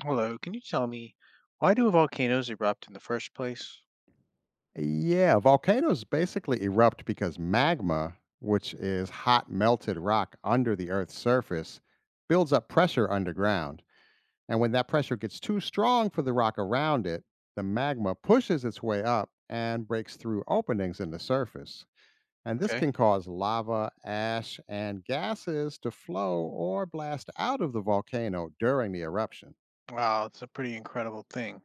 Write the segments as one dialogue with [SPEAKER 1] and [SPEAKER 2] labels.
[SPEAKER 1] Hello, can you tell me why do volcanoes erupt in the first place?
[SPEAKER 2] Yeah, volcanoes basically erupt because magma, which is hot melted rock under the Earth's surface, builds up pressure underground. And when that pressure gets too strong for the rock around it, the magma pushes its way up and breaks through openings in the surface. And this
[SPEAKER 1] Okay.
[SPEAKER 2] can cause lava, ash, and gases to flow or blast out of the volcano during the eruption.
[SPEAKER 1] Wow, it's a pretty incredible thing.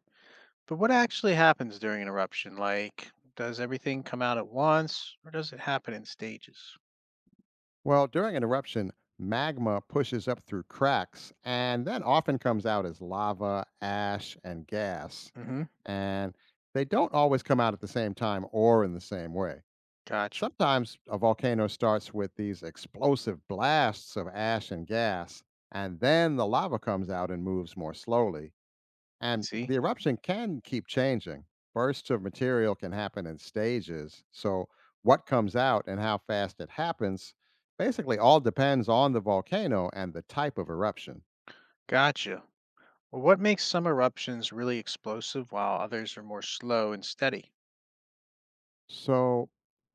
[SPEAKER 1] But what actually happens during an eruption? Like, does everything come out at once or does it happen in stages?
[SPEAKER 2] Well, during an eruption, magma pushes up through cracks and then often comes out as lava, ash, and gas.
[SPEAKER 1] Mm-hmm.
[SPEAKER 2] And they don't always come out at the same time or in the same way.
[SPEAKER 1] Gotcha.
[SPEAKER 2] Sometimes a volcano starts with these explosive blasts of ash and gas, and then the lava comes out and moves more slowly.
[SPEAKER 1] You
[SPEAKER 2] And the
[SPEAKER 1] see?
[SPEAKER 2] eruption can keep changing. Bursts of material can happen in stages. So, what comes out and how fast it happens basically all depends on the volcano and the type of eruption.
[SPEAKER 1] Gotcha. Well, what makes some eruptions really explosive while others are more slow and steady?
[SPEAKER 2] So,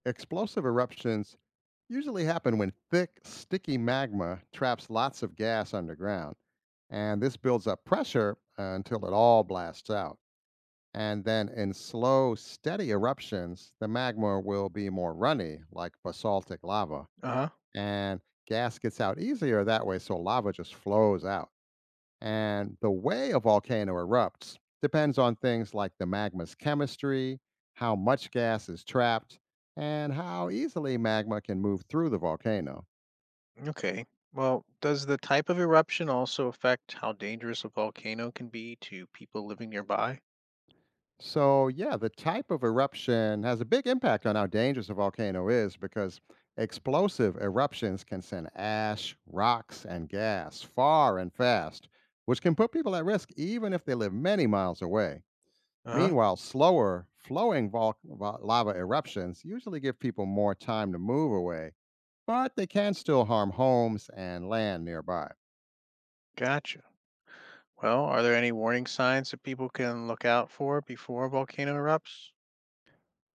[SPEAKER 2] explosive eruptions usually happen when thick, sticky magma traps lots of gas underground. And this builds up pressure until it all blasts out. And then in slow, steady eruptions, the magma will be more runny, like basaltic lava.
[SPEAKER 1] Uh-huh.
[SPEAKER 2] And gas gets out easier that way, so lava just flows out. And the way a volcano erupts depends on things like the magma's chemistry, how much gas is trapped, and how easily magma can move through the volcano.
[SPEAKER 1] Okay. Well, does the type of eruption also affect how dangerous a volcano can be to people living nearby?
[SPEAKER 2] So, yeah, the type of eruption has a big impact on how dangerous a volcano is because explosive eruptions can send ash, rocks, and gas far and fast, which can put people at risk even if they live many miles away.
[SPEAKER 1] Uh-huh.
[SPEAKER 2] Meanwhile, slower flowing lava eruptions usually give people more time to move away, but they can still harm homes and land nearby.
[SPEAKER 1] Gotcha. Well, are there any warning signs that people can look out for before a volcano erupts?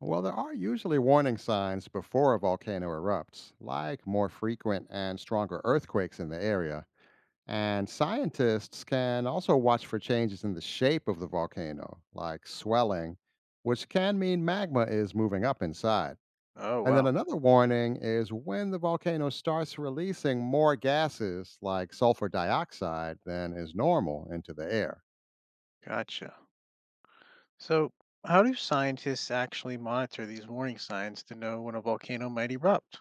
[SPEAKER 2] Well, there are usually warning signs before a volcano erupts, like more frequent and stronger earthquakes in the area. And scientists can also watch for changes in the shape of the volcano, like swelling, which can mean magma is moving up inside.
[SPEAKER 1] Oh,
[SPEAKER 2] And then
[SPEAKER 1] wow.
[SPEAKER 2] another warning is when the volcano starts releasing more gases like sulfur dioxide than is normal into the air.
[SPEAKER 1] Gotcha. So, how do scientists actually monitor these warning signs to know when a volcano might erupt?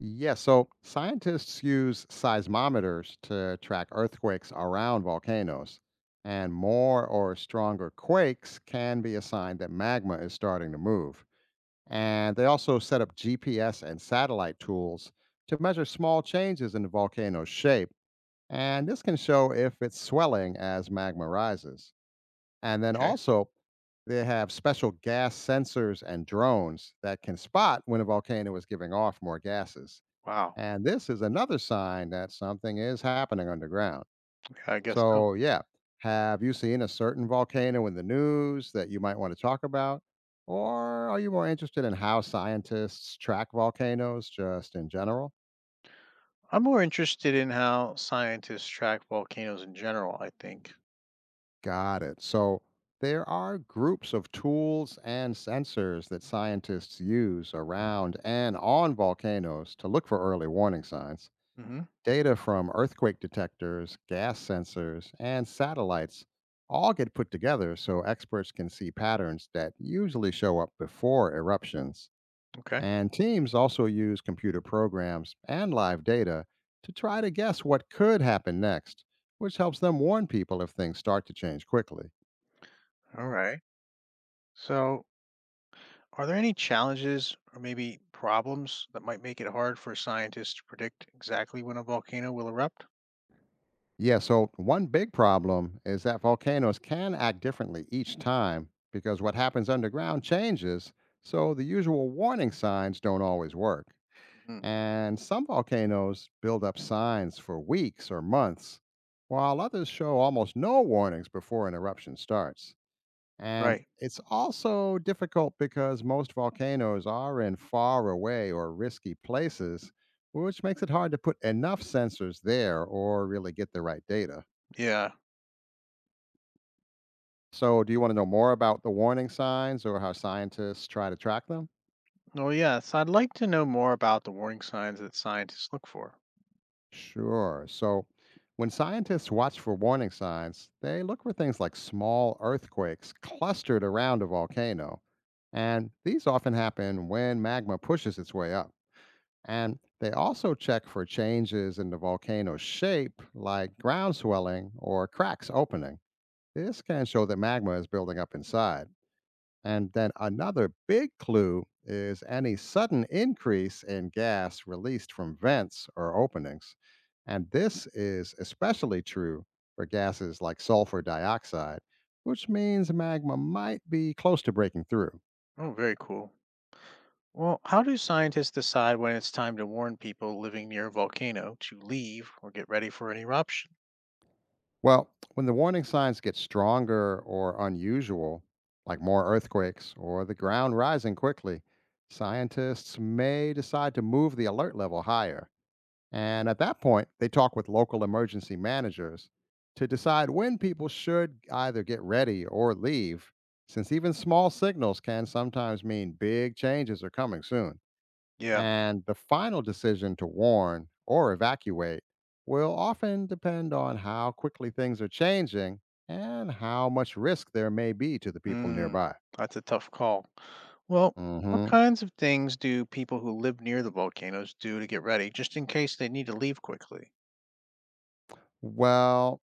[SPEAKER 2] Yeah, so scientists use seismometers to track earthquakes around volcanoes, and more or stronger quakes can be a sign that magma is starting to move. And they also set up GPS and satellite tools to measure small changes in the volcano's shape, and this can show if it's swelling as magma rises. And then
[SPEAKER 1] Okay.
[SPEAKER 2] also, they have special gas sensors and drones that can spot when a volcano is giving off more gases.
[SPEAKER 1] Wow.
[SPEAKER 2] And this is another sign that something is happening underground.
[SPEAKER 1] I guess so.
[SPEAKER 2] So, yeah, have you seen a certain volcano in the news that you might want to talk about? Or are you more interested in how scientists track volcanoes just in general?
[SPEAKER 1] I'm more interested in how scientists track volcanoes in general, I think.
[SPEAKER 2] Got it. So there are groups of tools and sensors that scientists use around and on volcanoes to look for early warning signs.
[SPEAKER 1] Hmm.
[SPEAKER 2] Data from earthquake detectors, gas sensors, and satellites all get put together so experts can see patterns that usually show up before eruptions.
[SPEAKER 1] Okay.
[SPEAKER 2] And teams also use computer programs and live data to try to guess what could happen next, which helps them warn people if things start to change quickly.
[SPEAKER 1] All right. So, are there any challenges or maybe problems that might make it hard for scientists to predict exactly when a volcano will erupt?
[SPEAKER 2] Yeah, so one big problem is that volcanoes can act differently each time because what happens underground changes, so the usual warning signs don't always work.
[SPEAKER 1] Mhm.
[SPEAKER 2] And some volcanoes build up signs for weeks or months, while others show almost no warnings before an eruption starts. And
[SPEAKER 1] Right.
[SPEAKER 2] it's also difficult because most volcanoes are in far away or risky places, which makes it hard to put enough sensors there or really get the right data.
[SPEAKER 1] Yeah.
[SPEAKER 2] So, do you want to know more about the warning signs or how scientists try to track them?
[SPEAKER 1] Oh, yes. I'd like to know more about the warning signs that scientists look for.
[SPEAKER 2] Sure. So, when scientists watch for warning signs, they look for things like small earthquakes clustered around a volcano. And these often happen when magma pushes its way up. And they also check for changes in the volcano's shape, like ground swelling or cracks opening. This can show that magma is building up inside. And then another big clue is any sudden increase in gas released from vents or openings. And this is especially true for gases like sulfur dioxide, which means magma might be close to breaking through.
[SPEAKER 1] Oh, very cool. Well, how do scientists decide when it's time to warn people living near a volcano to leave or get ready for an eruption?
[SPEAKER 2] Well, when the warning signs get stronger or unusual, like more earthquakes or the ground rising quickly, scientists may decide to move the alert level higher. And at that point, they talk with local emergency managers to decide when people should either get ready or leave, since even small signals can sometimes mean big changes are coming soon.
[SPEAKER 1] Yeah.
[SPEAKER 2] And the final decision to warn or evacuate will often depend on how quickly things are changing and how much risk there may be to the people
[SPEAKER 1] Mm,
[SPEAKER 2] nearby.
[SPEAKER 1] that's a tough call. Well, what
[SPEAKER 2] Hmm.
[SPEAKER 1] kinds of things do people who live near the volcanoes do to get ready, just in case they need to leave quickly?
[SPEAKER 2] Well,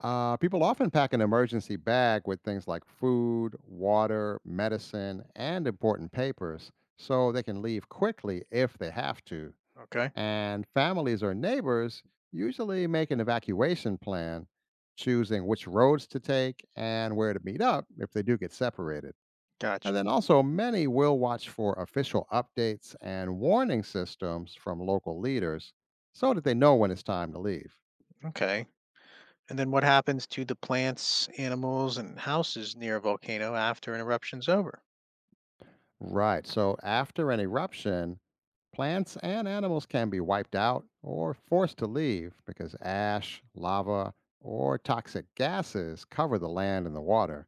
[SPEAKER 2] People often pack an emergency bag with things like food, water, medicine, and important papers so they can leave quickly if they have to.
[SPEAKER 1] Okay,
[SPEAKER 2] And families or neighbors usually make an evacuation plan, choosing which roads to take and where to meet up if they do get separated. And
[SPEAKER 1] gotcha.
[SPEAKER 2] then also, many will watch for official updates and warning systems from local leaders so that they know when it's time to leave.
[SPEAKER 1] Okay. And then what happens to the plants, animals, and houses near a volcano after an eruption's over?
[SPEAKER 2] Right. So, after an eruption, plants and animals can be wiped out or forced to leave because ash, lava, or toxic gases cover the land and the water.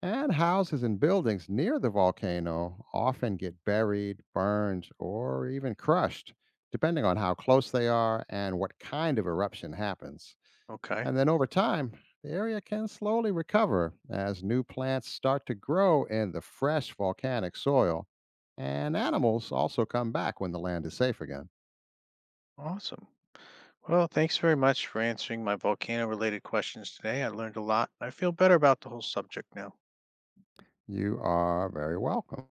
[SPEAKER 2] And houses and buildings near the volcano often get buried, burned, or even crushed, depending on how close they are and what kind of eruption happens.
[SPEAKER 1] Okay,
[SPEAKER 2] And then over time, the area can slowly recover as new plants start to grow in the fresh volcanic soil. And animals also come back when the land is safe again.
[SPEAKER 1] awesome. Well, thanks very much for answering my volcano related questions today. I learned a lot. I feel better about the whole subject now.
[SPEAKER 2] You are very welcome.